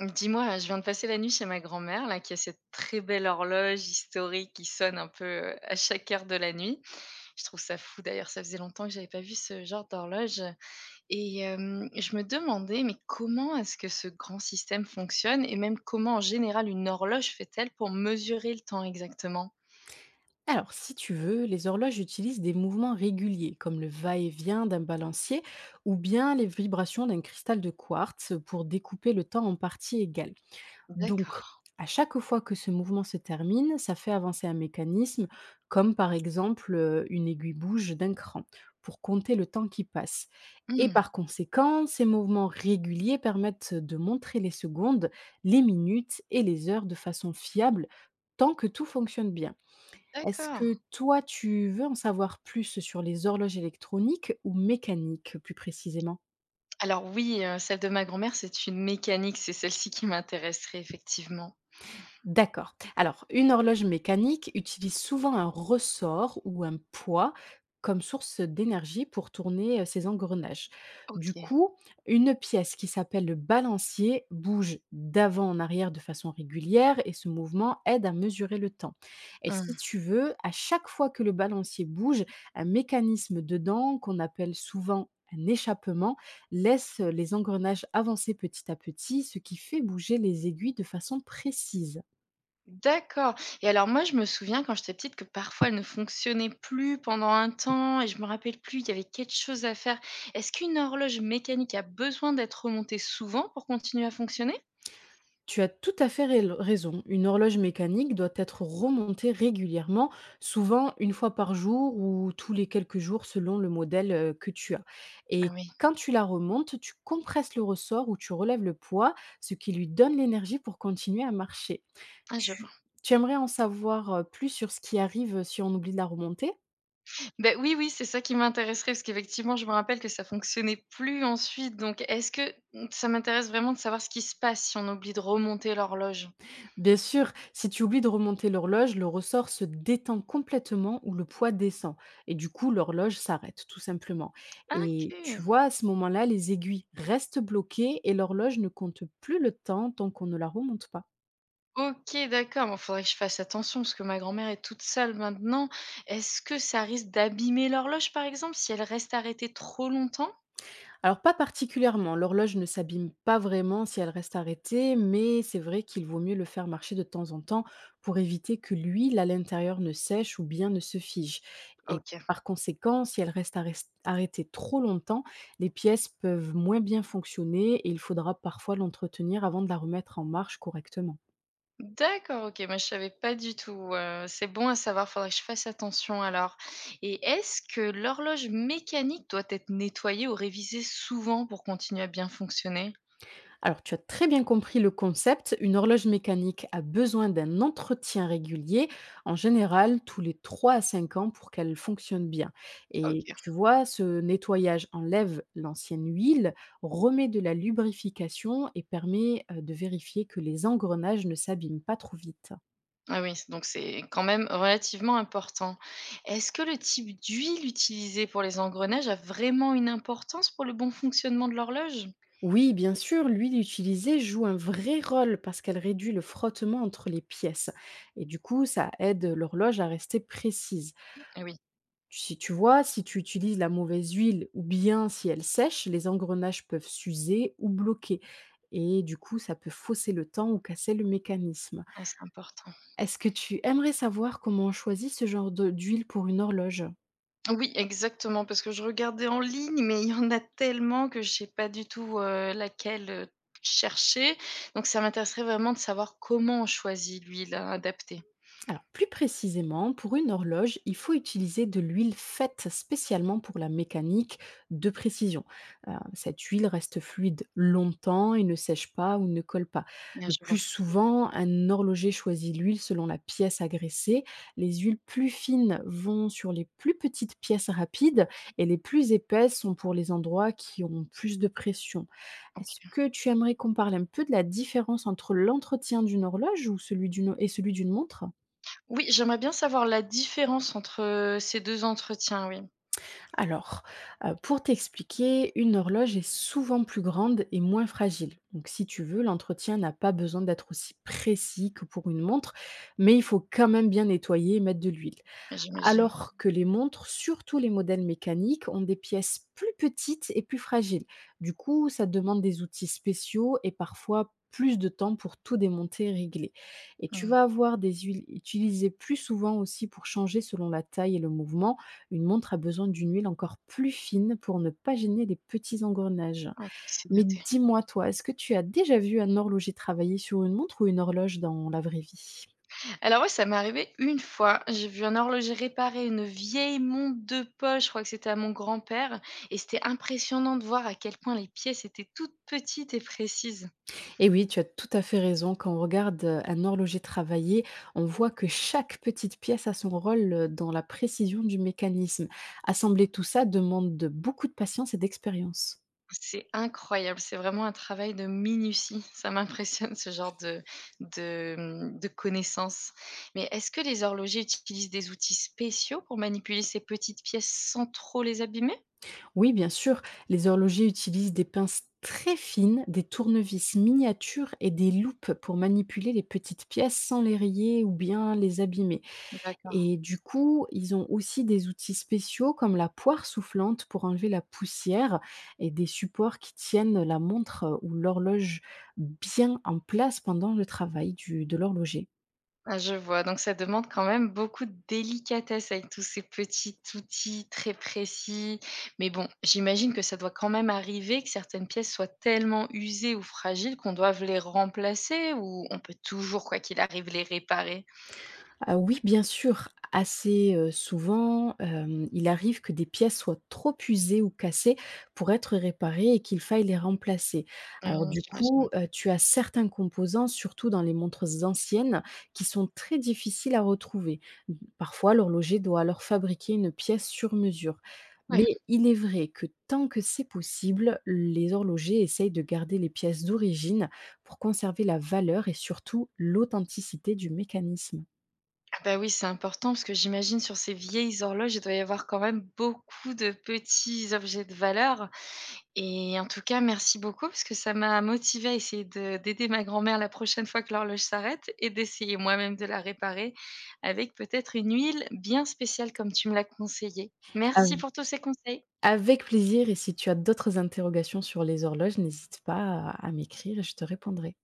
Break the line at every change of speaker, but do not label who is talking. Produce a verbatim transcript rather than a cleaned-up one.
Dis-moi, je viens de passer la nuit chez ma grand-mère là, qui a cette très belle horloge historique qui sonne un peu, heu, à chaque heure de la nuit. Je trouve ça fou d'ailleurs, ça faisait longtemps que j'avais pas vu ce genre d'horloge et hem, je me demandais, mais comment est-ce que ce grand système fonctionne et même comment en général une horloge fait-elle pour mesurer le temps exactement?
Alors, si tu veux, les horloges utilisent des mouvements réguliers, comme le va-et-vient d'un balancier ou bien les vibrations d'un cristal de quartz pour découper le temps en parties égales. Donc,
D'accord.
à chaque fois que ce mouvement se termine, ça fait avancer un mécanisme, comme par exemple euh, une aiguille bouge d'un cran, pour compter le temps qui passe. Et
Mmh,
par conséquent, ces mouvements réguliers permettent de montrer les secondes, les minutes et les heures de façon fiable tant que tout fonctionne bien. Est-ce
d'accord.
que toi, tu veux en savoir plus sur les horloges électroniques ou mécaniques, plus précisément?
Alors oui, heu, celle de ma grand-mère, c'est une mécanique, c'est celle-ci qui m'intéresserait effectivement.
D'accord. Alors, une horloge mécanique utilise souvent un ressort ou un poids comme source d'énergie pour tourner euh, ses engrenages. Du
OK.
coup, une pièce qui s'appelle le balancier bouge d'avant en arrière de façon régulière et ce mouvement aide à mesurer le temps. Et si
Mmh.
tu veux, à chaque fois que le balancier bouge, un mécanisme dedans qu'on appelle souvent un échappement laisse les engrenages avancer petit à petit, ce qui fait bouger les aiguilles de façon précise.
D'accord, et alors moi, je me souviens quand j'étais petite que parfois elle ne fonctionnait plus pendant un temps et je me rappelle plus, il y avait quelque chose à faire. Est-ce qu'une horloge mécanique a besoin d'être remontée souvent pour continuer à fonctionner?
Tu as tout à fait rail- raison. Une horloge mécanique doit être remontée régulièrement, souvent une fois par jour ou tous les quelques jours selon le modèle euh, que tu as.
Ah
Et
oui,
quand tu la remontes, tu compresses le ressort ou tu relèves le poids, ce qui lui donne l'énergie pour continuer à marcher.
ah je
Tu,
vois.
tu aimerais en savoir euh, plus sur ce qui arrive si on oublie de la remonter.
Ben oui, oui, c'est ça qui m'intéresserait parce qu'effectivement, je me rappelle que ça fonctionnait plus ensuite, donc est-ce que mmh, ça m'intéresse vraiment de savoir ce qui se passe si on oublie de remonter l'horloge?
Bien sûr, si tu oublies de remonter l'horloge, le ressort se détend complètement ou le poids descend. Et du coup, l'horloge s'arrête, tout simplement. Et tu
OK.
vois, à ce moment-là, les aiguilles restent bloquées et l'horloge ne compte plus le temps tant qu'on ne la remonte pas.
OK, d'accord. Il faudrait que je fasse attention parce que ma grand-mère est toute seule maintenant. Est-ce que ça risque d'abîmer l'horloge, par exemple, si elle reste arrêtée trop longtemps?
Alors pas particulièrement, l'horloge ne s'abîme pas vraiment si elle reste arrêtée, mais c'est vrai qu'il vaut mieux le faire marcher de temps en temps pour éviter que l'huile à l'intérieur ne sèche ou bien ne se fige. Et
OK.
par conséquent, si elle reste arres- arrêtée trop longtemps, les pièces peuvent moins bien fonctionner et il faudra parfois l'entretenir avant de la remettre en marche correctement.
D'accord, OK. Mais je savais pas du tout, heu, c'est bon à savoir, faudrait que je fasse attention alors. Et est-ce que l'horloge mécanique doit être nettoyée ou révisée souvent pour continuer à bien fonctionner?
Alors, tu as très bien compris le concept. Une horloge mécanique a besoin d'un entretien régulier, en général tous les trois à cinq ans pour qu'elle fonctionne bien. Et
OK.
tu vois, ce nettoyage enlève l'ancienne huile, remet de la lubrification et permet euh, de vérifier que les engrenages ne s'abîment pas trop vite.
Ah oui, donc c'est quand même relativement important. Est-ce que le type d'huile utilisée pour les engrenages a vraiment une importance pour le bon fonctionnement de l'horloge?
Oui, bien sûr, l'huile utilisée joue un vrai rôle parce qu'elle réduit le frottement entre les pièces. Et du coup, ça aide l'horloge à rester précise.
Ah oui,
Si tu vois, si tu utilises la mauvaise huile ou bien si elle sèche, les engrenages peuvent s'user ou bloquer. Et du coup, ça peut fausser le temps ou casser le mécanisme.
ah, c'est important.
Est-ce que tu aimerais savoir comment on choisit ce genre de- d'huile pour une horloge?
Oui, exactement, parce que je regardais en ligne, mais il y en a tellement que je ne sais pas du tout euh, laquelle euh, chercher. Donc ça m'intéresserait vraiment de savoir comment on choisit l'huile euh, adaptée.
Alors, plus précisément, pour une horloge, il faut utiliser de l'huile faite spécialement pour la mécanique de précision. Euh, cette huile reste fluide longtemps et ne sèche pas ou ne colle pas.
Ah,
Le
je
plus
vois.
souvent, un horloger choisit l'huile selon la pièce agressée. Les huiles plus fines vont sur les plus petites pièces rapides et les plus épaisses sont pour les endroits qui ont plus de pression. Est-ce
Ok.
que tu aimerais qu'on parle un peu de la différence entre l'entretien d'une horloge ou celui d'une- et celui d'une montre?
Oui, j'aimerais bien savoir la différence entre euh, ces deux entretiens, oui,
Alors, euh, pour t'expliquer, une horloge est souvent plus grande et moins fragile. Donc, si tu veux, l'entretien n'a pas besoin d'être aussi précis que pour une montre, mais il faut quand même bien nettoyer et mettre de l'huile.
j'imagine.
Alors que les montres, surtout les modèles mécaniques, ont des pièces plus petites et plus fragiles. Du coup, ça demande des outils spéciaux et parfois plus de temps pour tout démonter et régler. Et tu
Hmm,
vas avoir des huiles utilisées plus souvent aussi pour changer selon la taille et le mouvement. Une montre a besoin d'une huile encore plus fine pour ne pas gêner les petits engrenages.
ok, c'est
Mais
noté.
dis-moi, toi, est-ce que tu as déjà vu un horloger travailler sur une montre ou une horloge dans la vraie vie?
Alors ouais, ça m'est arrivé une fois. J'ai vu un horloger réparer une vieille montre de poche, je crois que c'était à mon grand-père, et c'était impressionnant de voir à quel point les pièces étaient toutes petites et précises.
Et oui, tu as tout à fait raison. Quand on regarde euh, un horloger travailler, on voit que chaque petite pièce a son rôle euh, dans la précision du mécanisme. Assembler tout ça demande de beaucoup de patience et d'expérience.
C'est incroyable, c'est vraiment un travail de minutie. Ça m'impressionne ce genre de, de, de connaissances. Mais est-ce que les horlogers utilisent des outils spéciaux pour manipuler ces petites pièces sans trop les abîmer?
Oui, bien sûr, les horlogers utilisent des pinces très fines, des tournevis miniatures et des loupes pour manipuler les petites pièces sans les rayer ou bien les abîmer.
D'accord.
Et du coup, ils ont aussi des outils spéciaux comme la poire soufflante pour enlever la poussière et des supports qui tiennent la montre euh, ou l'horloge bien en place pendant le travail du- de l'horloger.
Ah, je vois, donc ça demande quand même beaucoup de délicatesse avec tous ces petits outils très précis. Mais bon, j'imagine que ça doit quand même arriver que certaines pièces soient tellement usées ou fragiles qu'on doive les remplacer, ou on peut toujours, quoi qu'il arrive, les réparer?
Ah oui, bien sûr, assez heu, souvent, hem, il arrive que des pièces soient trop usées ou cassées pour être réparées et qu'il faille les remplacer. Alors
Mmh,
du
j'imagine.
coup, heu, tu as certains composants, surtout dans les montres anciennes, qui sont très difficiles à retrouver. Mmh, parfois, l'horloger doit alors fabriquer une pièce sur mesure.
Ouais.
Mais il est vrai que tant que c'est possible, les horlogers essayent de garder les pièces d'origine pour conserver la valeur et surtout l'authenticité du mécanisme.
Ah bah, oui, c'est important parce que j'imagine sur ces vieilles horloges, il doit y avoir quand même beaucoup de petits objets de valeur. Et en tout cas, merci beaucoup parce que ça m'a motivée à essayer de d'aider ma grand-mère la prochaine fois que l'horloge s'arrête et d'essayer moi-même de la réparer avec peut-être une huile bien spéciale comme tu me l'as conseillé. Merci pour tous ces conseils.
Avec plaisir et si tu as d'autres interrogations sur les horloges, n'hésite pas à à m'écrire et je te répondrai.